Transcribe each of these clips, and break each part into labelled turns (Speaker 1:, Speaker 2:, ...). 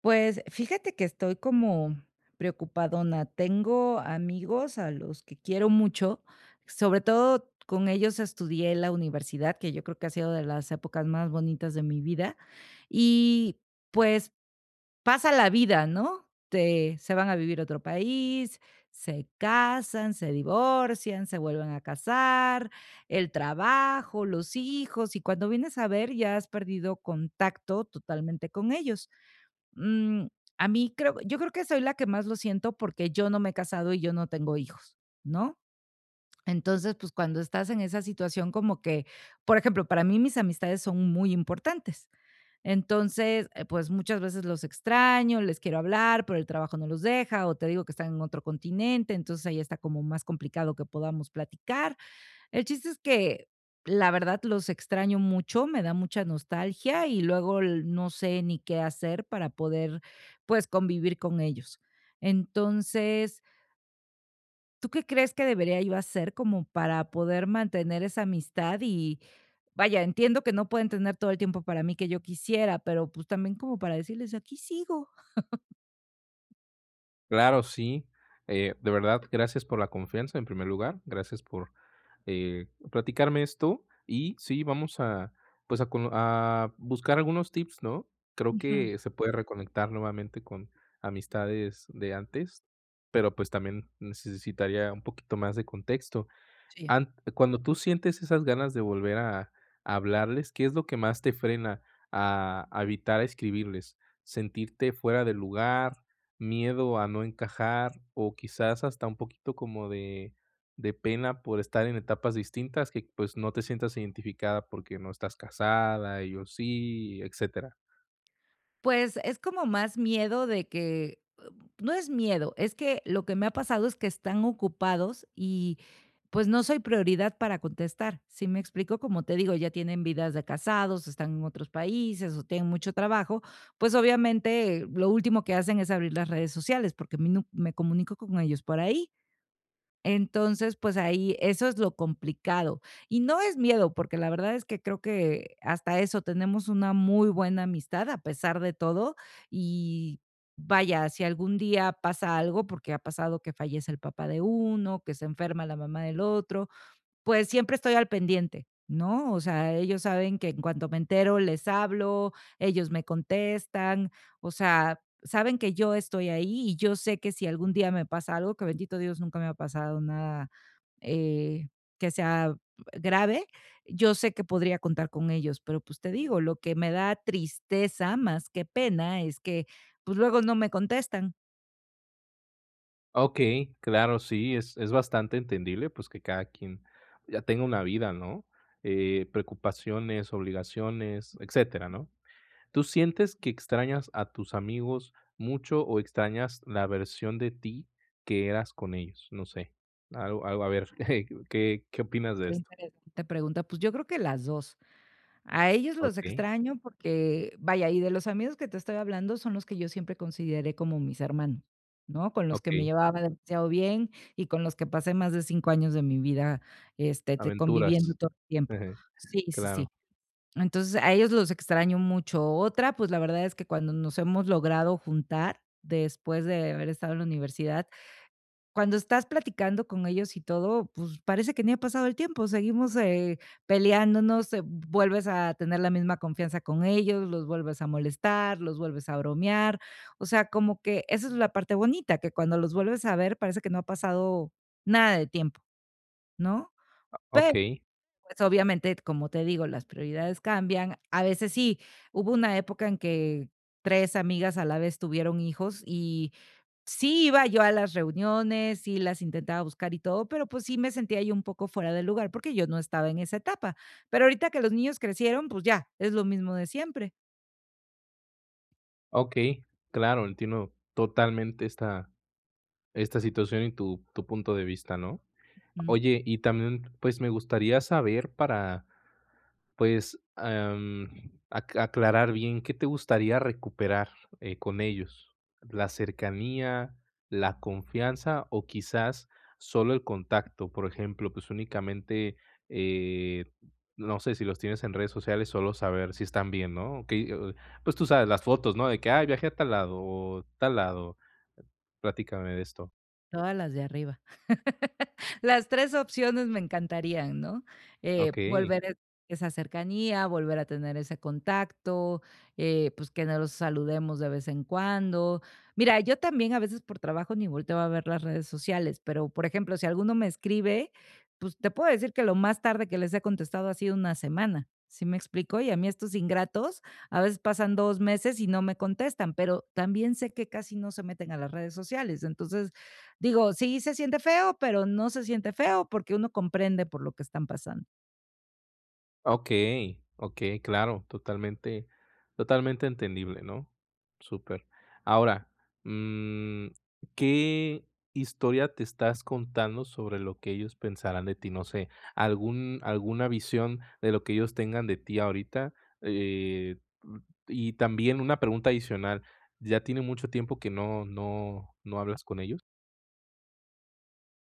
Speaker 1: Pues, fíjate que estoy como preocupadona. Tengo amigos a los que quiero mucho, sobre todo con ellos estudié en la universidad, que yo creo que ha sido de las épocas más bonitas de mi vida. Y, pues, pasa la vida, ¿no? Te se van a vivir a otro país, se casan, se divorcian, se vuelven a casar, el trabajo, los hijos, y cuando vienes a ver, ya has perdido contacto totalmente con ellos. Mm, a mí creo yo creo que soy la que más lo siento porque yo no me he casado y yo no tengo hijos, ¿no? Entonces, pues, cuando estás en esa situación como que, por ejemplo, para mí mis amistades son muy importantes. Entonces, pues, muchas veces los extraño, les quiero hablar, pero el trabajo no los deja, o te digo que están en otro continente, entonces ahí está como más complicado que podamos platicar. El chiste es que, la verdad, los extraño mucho, me da mucha nostalgia y luego l no sé ni qué hacer para poder, pues, convivir con ellos. Entonces, ¿tú qué crees que debería yo hacer como para poder mantener esa amistad? Y vaya, entiendo que no pueden tener todo el tiempo para mí que yo quisiera, pero, pues, también como para decirles: "Aquí sigo".
Speaker 2: Claro, sí. De verdad, gracias por la confianza en primer lugar, gracias por platicarme esto y sí, vamos a, pues a, a buscar algunos tips, ¿no? Creo
Speaker 1: Ujú,
Speaker 2: que se puede reconectar nuevamente con amistades de antes, pero pues también necesitaría un poquito más de contexto.
Speaker 1: sí.
Speaker 2: Ant Cuando tú sientes esas ganas de volver a hablarles, ¿qué es lo que más te frena a evitar escribirles? ¿Sentirte fuera de lugar, miedo a no encajar o quizás hasta un poquito como de pena por estar en etapas distintas que, pues, no te sientas identificada porque no estás casada, ellos sí, etcétera?
Speaker 1: Pues, es como más miedo de que, no es miedo, es que lo que me ha pasado es que están ocupados y pues no soy prioridad para contestar, ¿si me explico? Como te digo, ya tienen vidas de casados, están en otros países o tienen mucho trabajo, pues obviamente lo último que hacen es abrir las redes sociales porque me comunico con ellos por ahí. Entonces, pues ahí eso es lo complicado. Y no es miedo, porque la verdad es que creo que hasta eso tenemos una muy buena amistad a pesar de todo. Y vaya, si algún día pasa algo, porque ha pasado que fallece el papá de uno, que se enferma la mamá del otro, pues siempre estoy al pendiente, ¿no? O sea, ellos saben que en cuanto me entero les hablo, ellos me contestan, o sea, saben que yo estoy ahí y yo sé que si algún día me pasa algo, que bendito Dios nunca me ha pasado nada, eh, que sea grave, yo sé que podría contar con ellos, pero, pues, te digo, lo que me da tristeza más que pena es que, pues, luego no me contestan.
Speaker 2: Okey, claro, sí, es bastante entendible, pues, que cada quien ya tenga una vida, ¿no? Preocupaciones, obligaciones, etcétera, ¿no? ¿Tú sientes que extrañas a tus amigos mucho o extrañas la versión de ti que eras con ellos? No sé, algo, a ver, ¿qué opinas de
Speaker 1: Qué
Speaker 2: esto?
Speaker 1: interesante. pregunta, pues, yo creo que las 2. A ellos los
Speaker 2: Okey,
Speaker 1: extraño porque, vaya, y de los amigos que te estoy hablando son los que yo siempre consideré como mis hermanos, ¿no? Con los que me
Speaker 2: okey,
Speaker 1: llevaba demasiado bien y con los que pasé más de 5 años de mi vida, este, te conviviendo
Speaker 2: aventuras.
Speaker 1: todo el tiempo. Sí, sí,
Speaker 2: Claro.
Speaker 1: sí. Entonces, a ellos los extraño mucho. Otra, pues, la verdad es que cuando nos hemos logrado juntar después de haber estado en la universidad, cuando estás platicando con ellos y todo, pues parece que ni ha pasado el tiempo, seguimos, peleándonos, vuelves a tener la misma confianza con ellos, los vuelves a molestar, los vuelves a bromear, o sea, como que esa es la parte bonita, que cuando los vuelves a ver parece que no ha pasado nada de tiempo, ¿no? Pero,
Speaker 2: Okey,
Speaker 1: pues, obviamente, como te digo, las prioridades cambian. A veces sí, hubo una época en que 3 amigas a la vez tuvieron hijos. Sí iba yo a las reuniones, sí las intentaba buscar y todo, pero, pues, sí me sentía yo un poco fuera de lugar, porque yo no estaba en esa etapa. Pero ahorita que los niños crecieron, pues ya, es lo mismo de siempre.
Speaker 2: okey, claro, entiendo totalmente esta situación y tu punto de vista, ¿no?
Speaker 1: Mm,
Speaker 2: Oye, y también, pues, me gustaría saber para, pues, aclarar bien, ¿qué te gustaría recuperar, con ellos? ¿La cercanía, la confianza o quizás solo el contacto? Por ejemplo, pues, únicamente, eh, no sé, si los tienes en redes sociales, solo saber si están bien, ¿no? Que, pues, tú sabes, las fotos, ¿no? De que, ay, viajé a tal lado o tal lado. Platícame de esto.
Speaker 1: todas las de arriba. Las 3 opciones me encantarían, ¿no?
Speaker 2: Ok.
Speaker 1: Volver esa cercanía, volver a tener ese contacto, pues, que nos saludemos de vez en cuando. Mira, yo también a veces por trabajo ni volteo a ver las redes sociales, pero, por ejemplo, si alguno me escribe, pues, te puedo decir que lo más tarde que les he contestado ha sido una semana, ¿sí me explico? Y a mí estos ingratos, a veces pasan 2 meses y no me contestan, pero también sé que casi no se meten a las redes sociales. Entonces, digo, sí se siente feo, pero no se siente feo porque uno comprende por lo que están pasando.
Speaker 2: Okey, okey, claro, totalmente entendible, ¿no? Súper. Ahora, mm, ¿qué historia te estás contando sobre lo que ellos pensarán de ti? No sé, algún alguna visión de lo que ellos tengan de ti ahorita, eh, mm, y también una pregunta adicional, ¿ya tiene mucho tiempo que no hablas con ellos?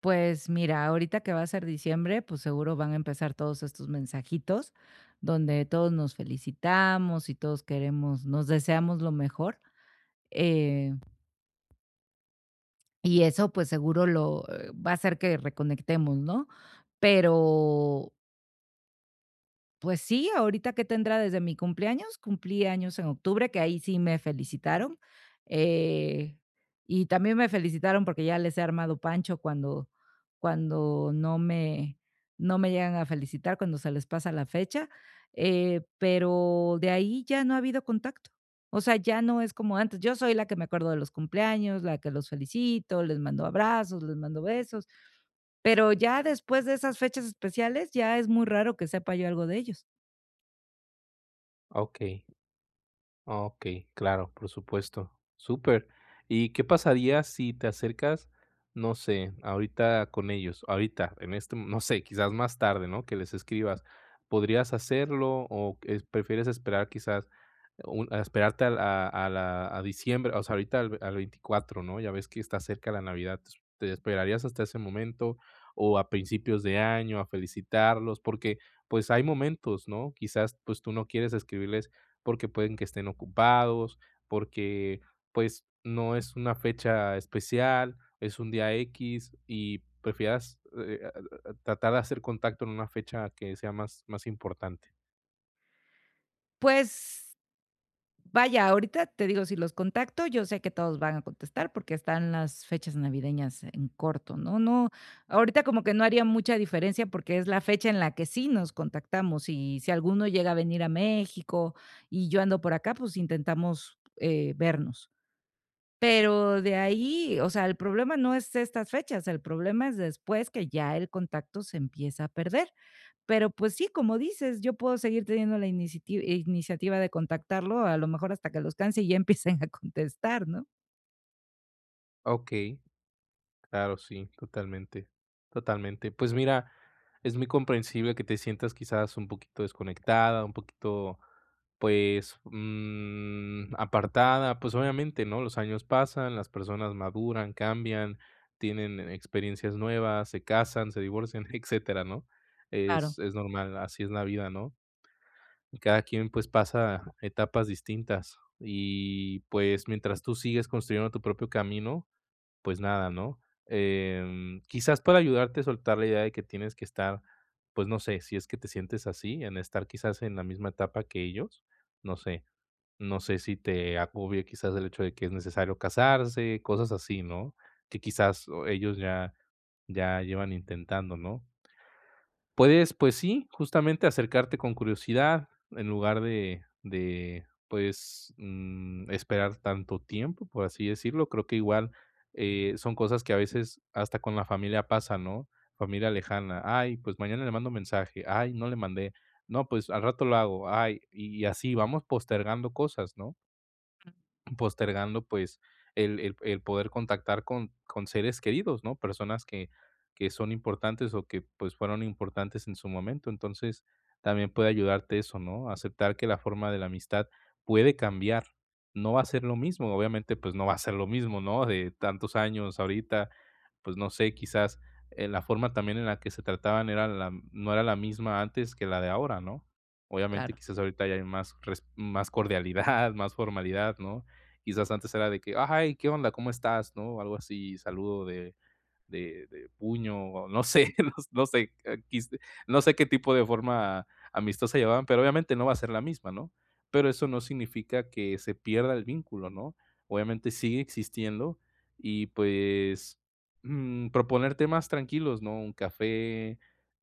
Speaker 1: Pues mira, ahorita que va a ser diciembre, pues seguro van a empezar todos estos mensajitos donde todos nos felicitamos y todos queremos, nos deseamos lo mejor. eh, y eso pues seguro lo va a hacer que reconectemos, ¿no? Pero, pues sí, ahorita que tendrá desde mi cumpleaños, cumplí años en octubre, que ahí sí me felicitaron, eh, y también me felicitaron porque ya les he armado pancho cuando cuando no me no me llegan a felicitar, cuando se les pasa la fecha, pero de ahí ya no ha habido contacto. O sea, ya no es como antes. Yo soy la que me acuerdo de los cumpleaños, la que los felicito, les mando abrazos, les mando besos, pero ya después de esas fechas especiales, ya es muy raro que sepa yo algo de ellos.
Speaker 2: Ah, ok, claro, por supuesto. Súper. ¿Y qué pasaría si te acercas, no sé, ahorita con ellos, ahorita, en este, no sé, quizás más tarde? ¿No? Que les escribas. ¿Podrías hacerlo o prefieres esperar quizás, a esperarte a, a diciembre, o sea, ahorita al, al 24, ¿no? Ya ves que está cerca la Navidad. ¿Te esperarías hasta ese momento o a principios de año a felicitarlos? Porque pues hay momentos, ¿no? Quizás pues tú no quieres escribirles porque pueden que estén ocupados, porque, pues, no es una fecha especial, es un día x y prefieras, tratar de hacer contacto en una fecha que sea más importante.
Speaker 1: Pues vaya, ahorita te digo, si los contacto, yo sé que todos van a contestar porque están las fechas navideñas en corto, ¿no? No, ahorita como que no haría mucha diferencia porque es la fecha en la que sí nos contactamos y si alguno llega a venir a México y yo ando por acá, pues intentamos vernos. Pero de ahí, o sea, el problema no es estas fechas, el problema es después que ya el contacto se empieza a perder. Pero, pues sí, como dices, yo puedo seguir teniendo la iniciativa de contactarlo, a lo mejor hasta que los canse y ya empiecen a contestar, ¿no?
Speaker 2: Okey. Claro, sí, totalmente, totalmente. Pues mira, es muy comprensible que te sientas quizás un poquito desconectada, un poquito, pues, apartada. Pues obviamente, ¿no? Los años pasan, las personas maduran, cambian, tienen experiencias nuevas, se casan, se divorcian, etcétera, ¿no?
Speaker 1: Claro,
Speaker 2: Es normal, así es la vida, ¿no? Y cada quien pues pasa etapas distintas. Y pues mientras tú sigues construyendo tu propio camino, pues nada, ¿no? Em, quizás para ayudarte a soltar la idea de que tienes que estar, pues no sé, si es que te sientes así, en estar quizás en la misma etapa que ellos, no sé, no sé si te agobia quizás el hecho de que es necesario casarse, cosas así, ¿no? Que quizás o ellos ya, ya llevan intentando, ¿no? Puedes, pues sí, justamente acercarte con curiosidad en lugar de pues, esperar tanto tiempo, por así decirlo. Creo que igual, son cosas que a veces hasta con la familia pasa, ¿no? Familia lejana. Ay, pues mañana le mando mensaje. Ay, no le mandé. No, pues al rato lo hago. Ay, y así vamos postergando cosas, ¿no? Postergando, pues, el poder contactar con seres queridos, ¿no? Personas que son importantes o que, pues, fueron importantes en su momento. Entonces, también puede ayudarte eso, ¿no? Aceptar que la forma de la amistad puede cambiar. No va a ser lo mismo, obviamente, pues, no va a ser lo mismo, ¿no? De tantos años ahorita, pues, no sé, quizás, la forma también en la que se trataban era la no era la misma antes que la de ahora, ¿no? Obviamente,
Speaker 1: claro,
Speaker 2: quizás ahorita ya hay más res más cordialidad, más formalidad, ¿no? Quizás antes era de que, ay, ¿qué onda? ¿Cómo estás? ¿No? Algo así, saludo de de puño, o no sé, no, no sé, no sé qué tipo de forma amistosa llevaban, pero obviamente no va a ser la misma, ¿no? Pero eso no significa que se pierda el vínculo, ¿no? Obviamente sigue existiendo y pues proponer temas tranquilos, ¿no? Un café,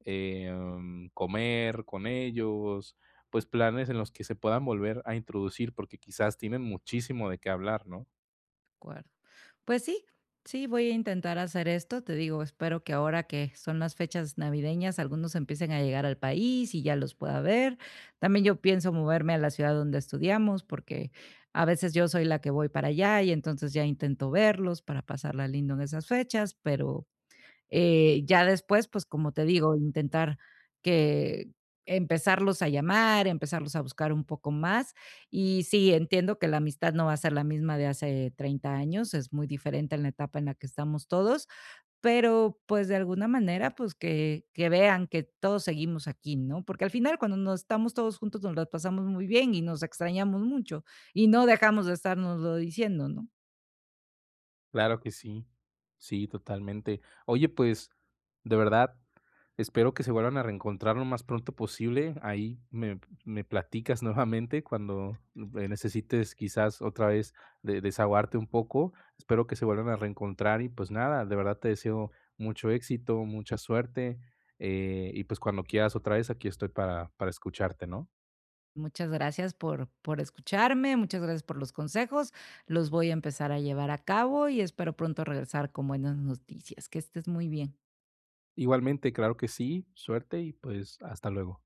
Speaker 2: comer con ellos, pues planes en los que se puedan volver a introducir porque quizás tienen muchísimo de qué hablar, ¿no?
Speaker 1: de acuerdo. Pues sí, sí, voy a intentar hacer esto. Te digo, espero que ahora que son las fechas navideñas, algunos empiecen a llegar al país y ya los pueda ver. También yo pienso moverme a la ciudad donde estudiamos, porque a veces yo soy la que voy para allá y entonces ya intento verlos para pasarla lindo en esas fechas, pero ya después, pues, como te digo, intentar que empezarlos a llamar, empezarlos a buscar un poco más. Y sí, entiendo que la amistad no va a ser la misma de hace 30 años, es muy diferente en la etapa en la que estamos todos, pero pues de alguna manera, pues que vean que todos seguimos aquí, ¿no? Porque al final cuando nos estamos todos juntos nos las pasamos muy bien y nos extrañamos mucho y no dejamos de estarnoslo diciendo, ¿no?
Speaker 2: Claro que sí. Sí, totalmente. Oye, pues, de verdad, espero que se vuelvan a reencontrar lo más pronto posible. Me platicas nuevamente cuando necesites quizás otra vez desahogarte un poco. Espero que se vuelvan a reencontrar y pues nada, de verdad te deseo mucho éxito, mucha suerte, y pues cuando quieras otra vez aquí estoy para escucharte, ¿no?
Speaker 1: Muchas gracias por escucharme, muchas gracias por los consejos. Los voy a empezar a llevar a cabo y espero pronto regresar con buenas noticias. Que estés muy bien.
Speaker 2: Igualmente, claro que sí, suerte y pues hasta luego.